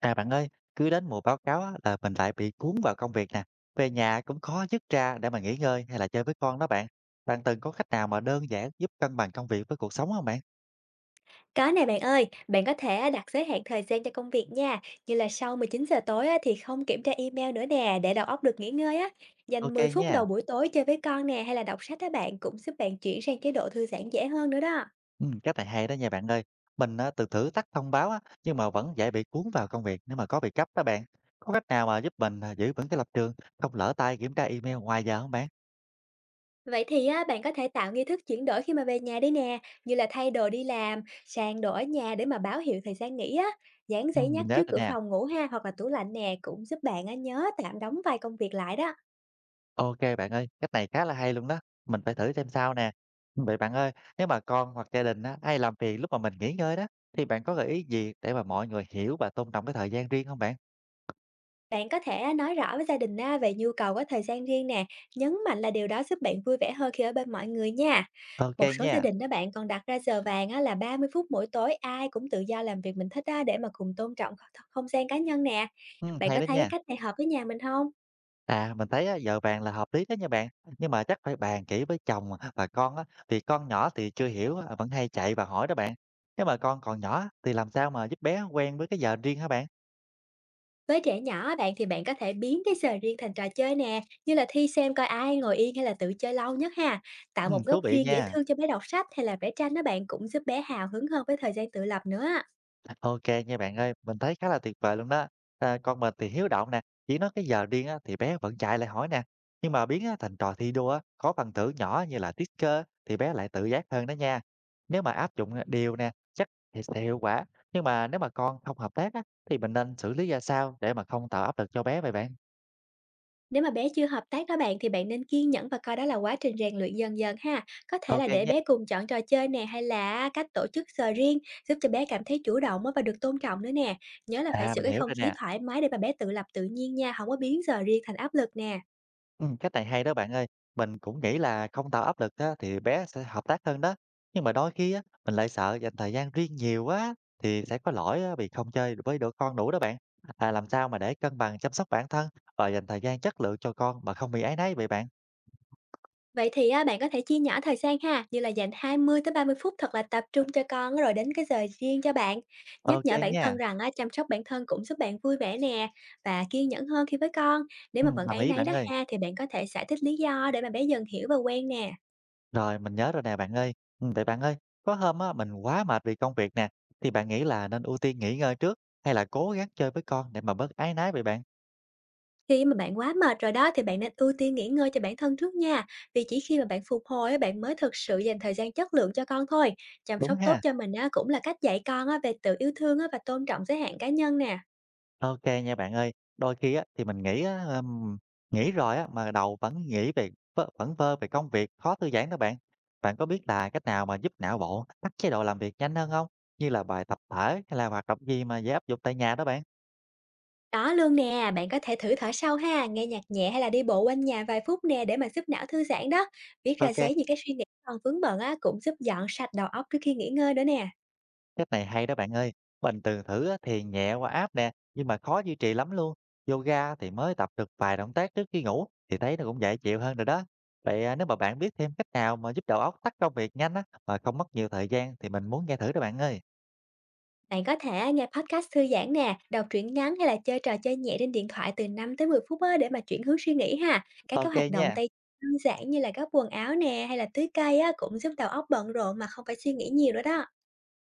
À bạn ơi, cứ đến mùa báo cáo á, là mình lại bị cuốn vào công việc nè. Về nhà cũng khó dứt ra để mà nghỉ ngơi hay là chơi với con đó bạn. Bạn từng có cách nào mà đơn giản giúp cân bằng công việc với cuộc sống không bạn? Có nè bạn ơi, bạn có thể á, đặt giới hạn thời gian cho công việc nha, như là sau 19 giờ tối á, thì không kiểm tra email nữa nè, để đầu óc được nghỉ ngơi á. Dành Ok 10 phút nha. đầu buổi tối chơi với con nè hay là đọc sách á bạn cũng giúp bạn chuyển sang chế độ thư giãn dễ hơn nữa đó. Ừ, cách này hay đó nha bạn ơi. Mình á, từng thử tắt thông báo á, nhưng mà vẫn dễ bị cuốn vào công việc nếu mà có việc gấp đó bạn. Có cách nào mà giúp mình à, giữ vững cái lập trường, không lỡ tay kiểm tra email ngoài giờ không bạn? Vậy thì á, bạn có thể tạo nghi thức chuyển đổi khi mà về nhà đi nè, như là thay đồ đi làm, sang đồ ở nhà để mà báo hiệu thời gian nghỉ á. Dán Ừ, giấy nhắc mình nhớ trước rồi cửa nè. phòng ngủ ha hoặc là tủ lạnh nè cũng giúp bạn á, nhớ tạm đóng vài công việc lại đó. OK bạn ơi, cách này khá là hay luôn đó, mình phải thử xem sao nè. Vậy bạn ơi, nếu mà con hoặc gia đình á, ai làm phiền lúc mà mình nghỉ ngơi đó, thì bạn có gợi ý gì để mà mọi người hiểu và tôn trọng cái thời gian riêng không bạn? Bạn có thể à, nói rõ với gia đình á, về nhu cầu có thời gian riêng nè, nhấn mạnh là điều đó giúp bạn vui vẻ hơn khi ở bên mọi người nha. Một OK số gia nha, đình đó bạn còn đặt ra giờ vàng á, là 30 phút mỗi tối ai cũng tự do làm việc mình thích á, để mà cùng tôn trọng không gian cá nhân nè. Bạn hay có đó thấy cái nha. cách này hợp với nhà mình không? À, mình thấy á, giờ vàng là hợp lý đó nha bạn, nhưng mà chắc phải bàn kỹ với chồng và con á, vì con nhỏ thì chưa hiểu á, vẫn hay chạy và hỏi đó bạn. Nếu mà con còn nhỏ á, thì làm sao mà giúp bé quen với cái giờ riêng hả bạn? Với trẻ nhỏ á, bạn có thể biến cái giờ riêng thành trò chơi nè, như là thi xem coi ai ngồi yên hay là tự chơi lâu nhất ha. Tạo một góc Thú vị riêng dễ nha. thương cho bé đọc sách hay là vẽ tranh đó bạn cũng giúp bé hào hứng hơn với thời gian tự lập nữa. OK nha bạn ơi, mình thấy khá là tuyệt vời luôn đó. À, con mình thì hiếu động nè, chỉ nói cái giờ riêng á, thì bé vẫn chạy lại hỏi nè. Nhưng mà biến á, thành trò thi đua á, có phần thưởng nhỏ như là sticker thì bé lại tự giác hơn đó nha. Nếu mà áp dụng điều nè, chắc thì sẽ hiệu quả. Nhưng mà nếu mà con không hợp tác á, thì mình nên xử lý ra sao để mà không tạo áp lực cho bé vậy bạn? Nếu mà bé chưa hợp tác đó bạn thì bạn nên kiên nhẫn và coi đó là quá trình rèn luyện dần dần ha. Có thể OK là để nha. bé cùng chọn trò chơi nè hay là cách tổ chức giờ riêng giúp cho bé cảm thấy chủ động á và được tôn trọng nữa nè. Nhớ là phải À, giữ mình cái hiểu không rồi khí nè. thoải mái để mà bé tự lập tự nhiên nha, không có biến giờ riêng thành áp lực nè. Cách này hay đó bạn ơi. Mình cũng nghĩ là không tạo áp lực á, thì bé sẽ hợp tác hơn đó. Nhưng mà đôi khi á, mình lại sợ dành thời gian riêng nhiều quá thì sẽ có lỗi á, vì không chơi với đứa con đủ đó bạn. À, làm sao mà để cân bằng chăm sóc bản thân và dành thời gian chất lượng cho con mà không bị áy náy vậy bạn? Vậy thì á, bạn có thể chia nhỏ thời gian ha, như là dành 20 tới 30 phút thật là tập trung cho con rồi đến cái giờ riêng cho bạn. Nhắc Ok nhở bản thân nha. rằng á, chăm sóc bản thân cũng giúp bạn vui vẻ nè và kiên nhẫn hơn khi với con. Nếu mà vẫn Đồng áy ý náy bạn đó ơi. ha thì bạn có thể giải thích lý do để mà bé dần hiểu và quen nè. Rồi mình nhớ rồi nè bạn ơi. Ừ, vậy bạn ơi, có hôm á, mình quá mệt vì công việc nè, thì bạn nghĩ là nên ưu tiên nghỉ ngơi trước hay là cố gắng chơi với con để mà bớt áy náy vậy bạn? Khi mà bạn quá mệt rồi đó thì bạn nên ưu tiên nghỉ ngơi cho bản thân trước nha. Vì chỉ khi mà bạn phục hồi á, bạn mới thực sự dành thời gian chất lượng cho con thôi. Chăm Đúng sóc tốt ha. cho mình á, cũng là cách dạy con á, về tự yêu thương á, và tôn trọng giới hạn cá nhân nè. OK nha bạn ơi. Đôi khi á, thì mình nghĩ á, nghỉ rồi á, mà đầu vẫn nghĩ về vơ vẩn về công việc, khó thư giãn đó bạn. Bạn có biết là cách nào mà giúp não bộ tắt chế độ làm việc nhanh hơn không? Như là bài tập thể hay là hoạt động gì mà dễ áp dụng tại nhà đó bạn? Có luôn nè, bạn có thể thử thở sâu ha, nghe nhạc nhẹ hay là đi bộ quanh nhà vài phút nè để mà giúp não thư giãn đó. Viết ra OK. giấy những cái suy nghĩ còn vướng bận á cũng giúp dọn sạch đầu óc trước khi nghỉ ngơi nữa nè. Cách này hay đó bạn ơi, mình từng thử á thì nhẹ qua app nè, nhưng mà khó duy trì lắm luôn. Yoga thì mới tập được vài động tác trước khi ngủ thì thấy nó cũng dễ chịu hơn rồi đó. Vậy à, nếu mà bạn biết thêm cách nào mà giúp đầu óc tắt công việc nhanh á mà không mất nhiều thời gian thì mình muốn nghe thử đó bạn ơi. Bạn có thể nghe podcast thư giãn nè, đọc truyện ngắn hay là chơi trò chơi nhẹ trên điện thoại từ 5 tới 10 phút á để mà chuyển hướng suy nghĩ ha. Các cái Ok hoạt động nha. tay đơn giản như là gấp quần áo nè hay là tưới cây á cũng giúp đầu óc bận rộn mà không phải suy nghĩ nhiều nữa đó.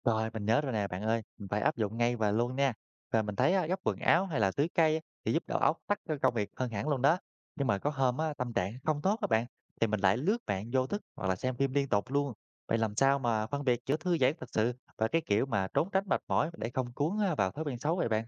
Rồi, mình nhớ rồi nè bạn ơi, mình phải áp dụng ngay và luôn nha. Và mình thấy á, gấp quần áo hay là tưới cây á, thì giúp đầu óc tắt cái công việc hơn hẳn luôn đó. Nhưng mà có hôm á, tâm trạng không tốt các bạn, thì mình lại lướt mạng vô thức hoặc là xem phim liên tục luôn. Vậy làm sao mà phân biệt giữa thư giãn thật sự và cái kiểu mà trốn tránh mệt mỏi để không cuốn á, vào thói quen xấu vậy bạn?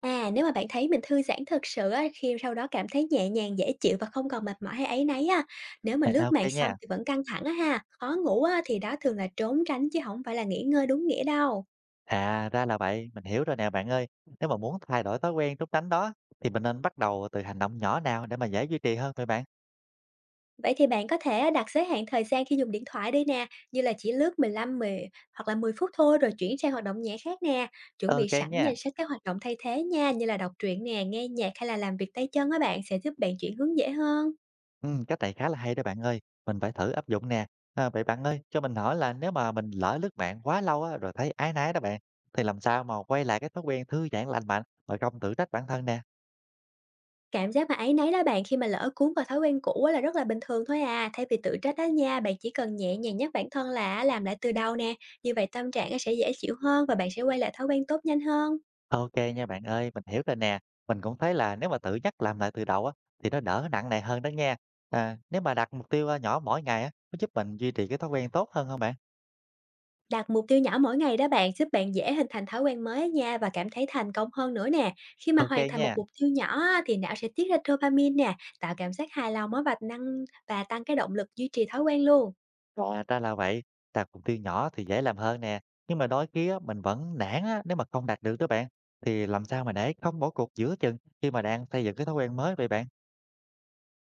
À, nếu mà bạn thấy mình thư giãn thực sự á, khi sau đó cảm thấy nhẹ nhàng, dễ chịu và không còn mệt mỏi hay áy náy á, nếu mà À, lướt ok mạng xong nha. thì vẫn căng thẳng á ha, khó ngủ á, thì đó thường là trốn tránh chứ không phải là nghỉ ngơi đúng nghĩa đâu. À ra là vậy, mình hiểu rồi nè bạn ơi. Nếu mà muốn thay đổi thói quen trốn tránh đó, thì mình nên bắt đầu từ hành động nhỏ nào để mà dễ duy trì hơn vậy bạn? Vậy thì bạn có thể đặt giới hạn thời gian khi dùng điện thoại đi nè, như là chỉ lướt 10 hoặc là 10 phút thôi rồi chuyển sang hoạt động nhẹ khác nè. Chuẩn bị Ok sẵn nha. danh sách các hoạt động thay thế nha, như là đọc truyện nè, nghe nhạc hay là làm việc tay chân á bạn, sẽ giúp bạn chuyển hướng dễ hơn. Cách này khá là hay đó bạn ơi, mình phải thử áp dụng nè. À, vậy bạn ơi, cho mình hỏi là nếu mà mình lỡ lướt mạng quá lâu á, rồi thấy áy náy đó bạn, thì làm sao mà quay lại cái thói quen thư giãn lành mạnh rồi không tự trách bản thân nè? Cảm giác mà áy náy đó bạn khi mà lỡ cuốn vào thói quen cũ á là rất là bình thường thôi à. Thay vì tự trách á nha, bạn chỉ cần nhẹ nhàng nhắc bản thân là á làm lại từ đầu nè, như vậy tâm trạng á sẽ dễ chịu hơn và bạn sẽ quay lại thói quen tốt nhanh hơn. Ok nha bạn ơi, mình hiểu rồi nè. Mình cũng thấy là nếu mà tự nhắc làm lại từ đầu á, thì nó đỡ nặng nề hơn đó nha. À, nếu mà đặt mục tiêu à, nhỏ mỗi ngày á, có giúp mình duy trì cái thói quen tốt hơn không bạn? Đặt mục tiêu nhỏ mỗi ngày đó bạn, giúp bạn dễ hình thành thói quen mới á nha và cảm thấy thành công hơn nữa nè. Khi mà Ok hoàn thành một nha. mục tiêu nhỏ á thì não sẽ tiết ra dopamine nè, tạo cảm giác hài lòng á và tăng cái động lực duy trì thói quen luôn. À, ra là vậy, đặt mục tiêu nhỏ thì dễ làm hơn nè, nhưng mà đôi khi á, mình vẫn nản á, nếu mà không đạt được đó bạn, thì làm sao mà để không bỏ cuộc giữa chừng khi mà đang xây dựng cái thói quen mới vậy bạn?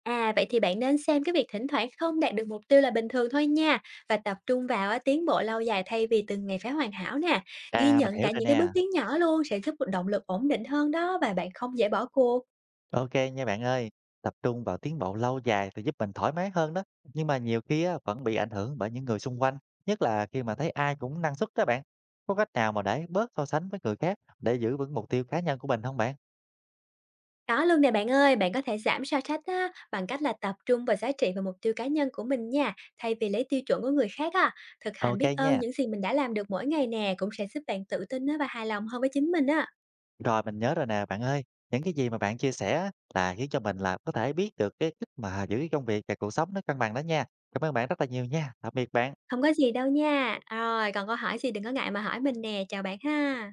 À, vậy thì bạn nên xem cái việc thỉnh thoảng không đạt được mục tiêu là bình thường thôi nha và tập trung vào á, tiến bộ lâu dài thay vì từng ngày phải hoàn hảo nè. Ghi À, mình nhận hiểu cả rồi những cái bước nè, tiến nhỏ luôn sẽ giúp động lực ổn định hơn đó và bạn không dễ bỏ cuộc. ok nha bạn ơi, tập trung vào tiến bộ lâu dài thì giúp mình thoải mái hơn đó, nhưng mà nhiều khi á, vẫn bị ảnh hưởng bởi những người xung quanh, nhất là khi mà thấy ai cũng năng suất đó bạn. Có cách nào mà để bớt so sánh với người khác để giữ vững mục tiêu cá nhân của mình không bạn? Đó luôn nè bạn ơi, bạn có thể giảm so sánh á, bằng cách là tập trung vào giá trị và mục tiêu cá nhân của mình nha, thay vì lấy tiêu chuẩn của người khác á. Thực hành Ok biết ơn nha. những gì mình đã làm được mỗi ngày nè cũng sẽ giúp bạn tự tin á, và hài lòng hơn với chính mình á. Rồi mình nhớ rồi nè bạn ơi, những cái gì mà bạn chia sẻ á, là khiến cho mình là có thể biết được cái cách mà giữ cái công việc và cuộc sống nó cân bằng đó nha. Cảm ơn bạn rất là nhiều nha. Tạm biệt bạn. Không có gì đâu nha. Rồi, còn câu hỏi gì đừng có ngại mà hỏi mình nè. Chào bạn ha.